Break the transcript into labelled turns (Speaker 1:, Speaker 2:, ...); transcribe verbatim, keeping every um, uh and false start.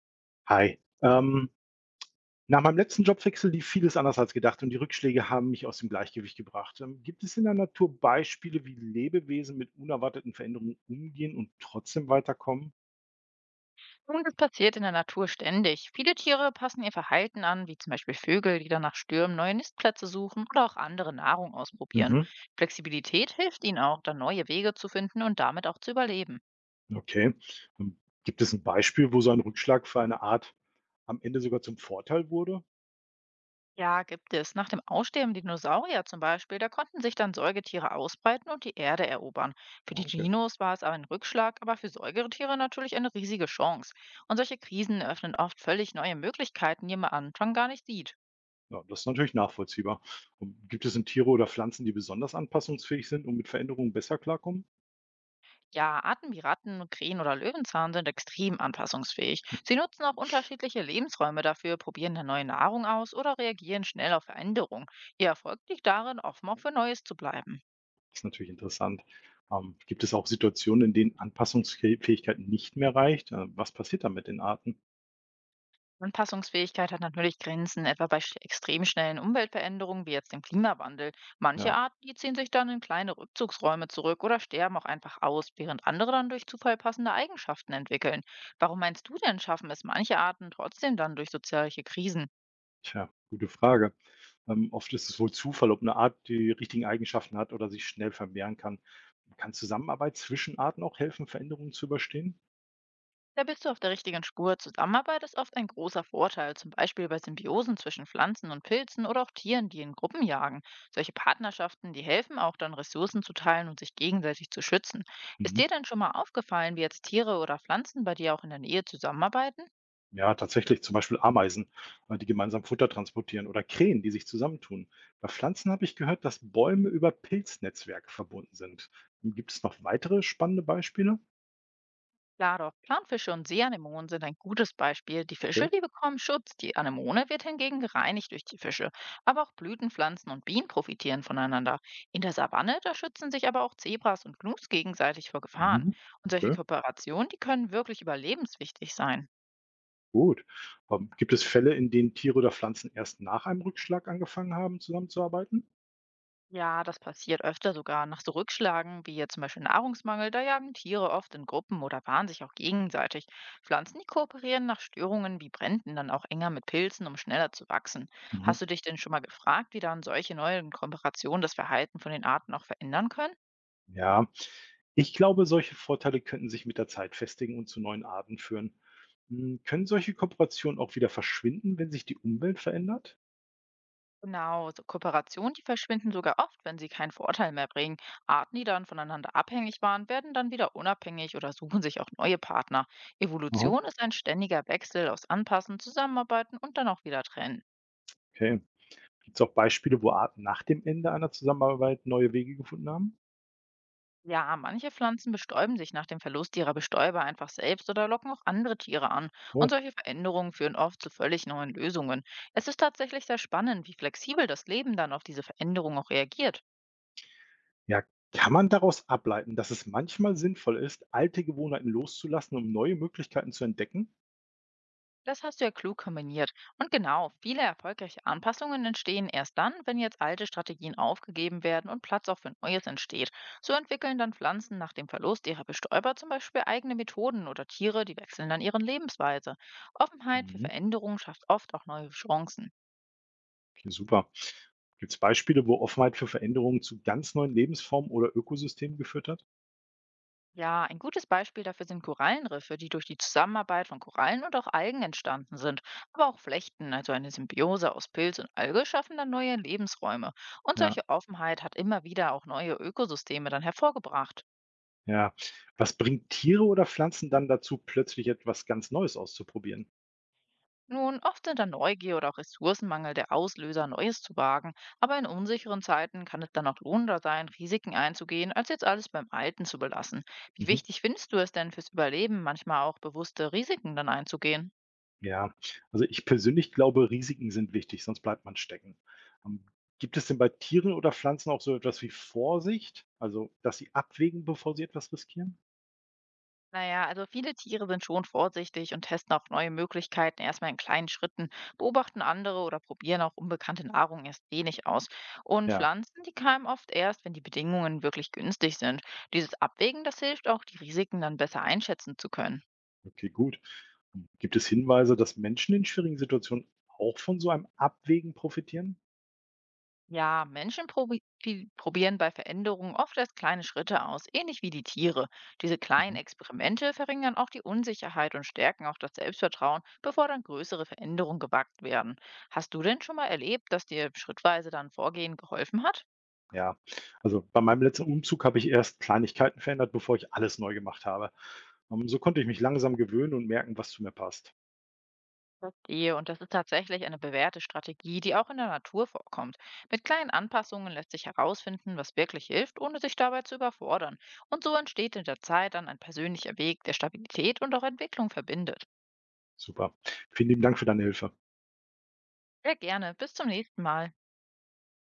Speaker 1: Hi. Ähm, nach meinem letzten Jobwechsel lief vieles anders als gedacht und die Rückschläge haben mich aus dem Gleichgewicht gebracht. Ähm, gibt es in der Natur Beispiele, wie Lebewesen mit unerwarteten Veränderungen umgehen und trotzdem weiterkommen?
Speaker 2: Und das passiert in der Natur ständig. Viele Tiere passen ihr Verhalten an, wie zum Beispiel Vögel, die dann nach Stürmen neue Nistplätze suchen oder auch andere Nahrung ausprobieren.
Speaker 1: Mhm,
Speaker 2: Flexibilität hilft ihnen auch, dann neue Wege zu finden und damit auch zu überleben.
Speaker 1: okay. Ähm, gibt es ein Beispiel, wo so ein Rückschlag für eine Art am Ende sogar zum Vorteil wurde?
Speaker 2: Ja, gibt es. Nach dem Aussterben der Dinosaurier zum Beispiel, da konnten sich dann Säugetiere ausbreiten und die Erde erobern. Für
Speaker 1: Ah,
Speaker 2: die
Speaker 1: okay.
Speaker 2: Dinos war es aber ein Rückschlag, aber für Säugetiere natürlich eine riesige Chance. Und solche Krisen eröffnen oft völlig neue Möglichkeiten, die man am Anfang gar nicht sieht.
Speaker 1: Ja, das ist natürlich nachvollziehbar. Ähm, gibt es in Tiere oder Pflanzen, die besonders anpassungsfähig sind und mit Veränderungen besser klarkommen?
Speaker 2: Ja, Arten wie Ratten, Krähen oder Löwenzahn sind extrem anpassungsfähig. Sie nutzen auch unterschiedliche Lebensräume dafür, probieren eine neue Nahrung aus oder reagieren schnell auf Veränderungen. Ihr Erfolg liegt darin, offen auch für Neues zu bleiben.
Speaker 1: Das ist natürlich interessant. Ähm, gibt es auch Situationen, in denen Anpassungsfähigkeit nicht mehr reicht? Äh, was passiert da mit den Arten?
Speaker 2: Anpassungsfähigkeit hat natürlich Grenzen, etwa bei sch- extrem schnellen Umweltveränderungen wie jetzt dem Klimawandel. Manche
Speaker 1: Ja,
Speaker 2: Arten, die ziehen sich dann in kleine Rückzugsräume zurück oder sterben auch einfach aus, während andere dann durch Zufall passende Eigenschaften entwickeln. Warum meinst du denn, schaffen es manche Arten trotzdem dann durch soziale Krisen?
Speaker 1: tja, gute Frage. Ähm, oft ist es wohl Zufall, ob eine Art die richtigen Eigenschaften hat oder sich schnell vermehren kann. Kann Zusammenarbeit zwischen Arten auch helfen, Veränderungen zu überstehen?
Speaker 2: Da bist du auf der richtigen Spur. Zusammenarbeit ist oft ein großer Vorteil, zum Beispiel bei Symbiosen zwischen Pflanzen und Pilzen oder auch Tieren, die in Gruppen jagen. Solche Partnerschaften, die helfen auch dann, Ressourcen zu teilen und sich gegenseitig zu schützen. Ist
Speaker 1: Mhm.
Speaker 2: dir denn schon mal aufgefallen, wie jetzt Tiere oder Pflanzen bei dir auch in der Nähe zusammenarbeiten?
Speaker 1: Ja, tatsächlich. Zum Beispiel Ameisen, äh, die gemeinsam Futter transportieren oder Krähen, die sich zusammentun. Bei Pflanzen habe ich gehört, dass Bäume über Pilznetzwerke verbunden sind. Gibt es noch weitere spannende Beispiele?
Speaker 2: Klar doch, Planfische und Seeanemonen sind ein gutes Beispiel. Die
Speaker 1: Okay.
Speaker 2: Fische, die bekommen Schutz, die Anemone wird hingegen gereinigt durch die Fische. Aber auch Blütenpflanzen und Bienen profitieren voneinander. In der Savanne, da schützen sich aber auch Zebras und Gnus gegenseitig vor Gefahren.
Speaker 1: Mhm.
Speaker 2: Und solche
Speaker 1: Okay,
Speaker 2: Kooperationen, die können wirklich überlebenswichtig sein.
Speaker 1: gut. Ähm, gibt es Fälle, in denen Tiere oder Pflanzen erst nach einem Rückschlag angefangen haben, zusammenzuarbeiten?
Speaker 2: Ja, das passiert öfter sogar nach so Rückschlagen wie jetzt zum Beispiel Nahrungsmangel. Da jagen Tiere oft in Gruppen oder paaren sich auch gegenseitig. Pflanzen, die kooperieren nach Störungen wie Bränden dann auch enger mit Pilzen, um schneller zu wachsen.
Speaker 1: Mhm.
Speaker 2: Hast du dich denn schon mal gefragt, wie dann solche neuen Kooperationen das Verhalten von den Arten auch verändern können?
Speaker 1: Ja, ich glaube, solche Vorteile könnten sich mit der Zeit festigen und zu neuen Arten führen. Hm, können solche Kooperationen auch wieder verschwinden, wenn sich die Umwelt verändert?
Speaker 2: Genau, so Kooperationen, die verschwinden sogar oft, wenn sie keinen Vorteil mehr bringen. Arten, die dann voneinander abhängig waren, werden dann wieder unabhängig oder suchen sich auch neue Partner.
Speaker 1: Aha,
Speaker 2: Evolution ist ein ständiger Wechsel aus Anpassen, Zusammenarbeiten und dann auch wieder trennen.
Speaker 1: okay. Gibt es auch Beispiele, wo Arten nach dem Ende einer Zusammenarbeit neue Wege gefunden haben?
Speaker 2: Ja, manche Pflanzen bestäuben sich nach dem Verlust ihrer Bestäuber einfach selbst oder locken auch andere Tiere an. Und
Speaker 1: Oh,
Speaker 2: solche Veränderungen führen oft zu völlig neuen Lösungen. Es ist tatsächlich sehr spannend, wie flexibel das Leben dann auf diese Veränderung auch reagiert.
Speaker 1: ja. Kann man daraus ableiten, dass es manchmal sinnvoll ist, alte Gewohnheiten loszulassen, um neue Möglichkeiten zu entdecken?
Speaker 2: Das hast du ja klug kombiniert. Und genau, viele erfolgreiche Anpassungen entstehen erst dann, wenn jetzt alte Strategien aufgegeben werden und Platz auch für Neues entsteht. So entwickeln dann Pflanzen nach dem Verlust ihrer Bestäuber zum Beispiel eigene Methoden oder Tiere, die wechseln dann ihren Lebensweise. Offenheit für
Speaker 1: Mhm.
Speaker 2: Veränderungen schafft oft auch neue Chancen.
Speaker 1: Ja, super. Gibt es Beispiele, wo Offenheit für Veränderungen zu ganz neuen Lebensformen oder Ökosystemen geführt hat?
Speaker 2: Ja, ein gutes Beispiel dafür sind Korallenriffe, die durch die Zusammenarbeit von Korallen und auch Algen entstanden sind. Aber auch Flechten, also eine Symbiose aus Pilz und Alge, schaffen dann neue Lebensräume. Und
Speaker 1: Ja,
Speaker 2: solche Offenheit hat immer wieder auch neue Ökosysteme dann hervorgebracht.
Speaker 1: ja. Was bringt Tiere oder Pflanzen dann dazu, plötzlich etwas ganz Neues auszuprobieren?
Speaker 2: Nun, oft sind dann Neugier oder auch Ressourcenmangel der Auslöser, Neues zu wagen. Aber in unsicheren Zeiten kann es dann auch lohnender sein, Risiken einzugehen, als jetzt alles beim Alten zu belassen. Wie
Speaker 1: Mhm.
Speaker 2: wichtig findest du es denn fürs Überleben, manchmal auch bewusste Risiken dann einzugehen?
Speaker 1: Ja, also ich persönlich glaube, Risiken sind wichtig, sonst bleibt man stecken. Ähm, Gibt es denn bei Tieren oder Pflanzen auch so etwas wie Vorsicht, also dass sie abwägen, bevor sie etwas riskieren?
Speaker 2: Naja, also viele Tiere sind schon vorsichtig und testen auch neue Möglichkeiten erstmal in kleinen Schritten, beobachten andere oder probieren auch unbekannte Nahrung erst wenig aus. Und
Speaker 1: Ja,
Speaker 2: Pflanzen, die keimen oft erst, wenn die Bedingungen wirklich günstig sind. Dieses Abwägen, das hilft auch, die Risiken dann besser einschätzen zu können.
Speaker 1: okay, gut. Gibt es Hinweise, dass Menschen in schwierigen Situationen auch von so einem Abwägen profitieren?
Speaker 2: Ja, Menschen probi pi- probieren bei Veränderungen oft erst kleine Schritte aus, ähnlich wie die Tiere. Diese kleinen
Speaker 1: Mhm.
Speaker 2: Experimente verringern auch die Unsicherheit und stärken auch das Selbstvertrauen, bevor dann größere Veränderungen gewagt werden. Hast du denn schon mal erlebt, dass dir schrittweise dann Vorgehen geholfen hat?
Speaker 1: Ja, also bei meinem letzten Umzug habe ich erst Kleinigkeiten verändert, bevor ich alles neu gemacht habe. Ähm, so konnte ich mich langsam gewöhnen und merken, was zu mir passt.
Speaker 2: Verstehe, und das ist tatsächlich eine bewährte Strategie, die auch in der Natur vorkommt. Mit kleinen Anpassungen lässt sich herausfinden, was wirklich hilft, ohne sich dabei zu überfordern. Und so entsteht in der Zeit dann ein persönlicher Weg, der Stabilität und auch Entwicklung verbindet.
Speaker 1: Super. Vielen lieben Dank für deine Hilfe.
Speaker 2: Sehr gerne. Bis zum nächsten Mal.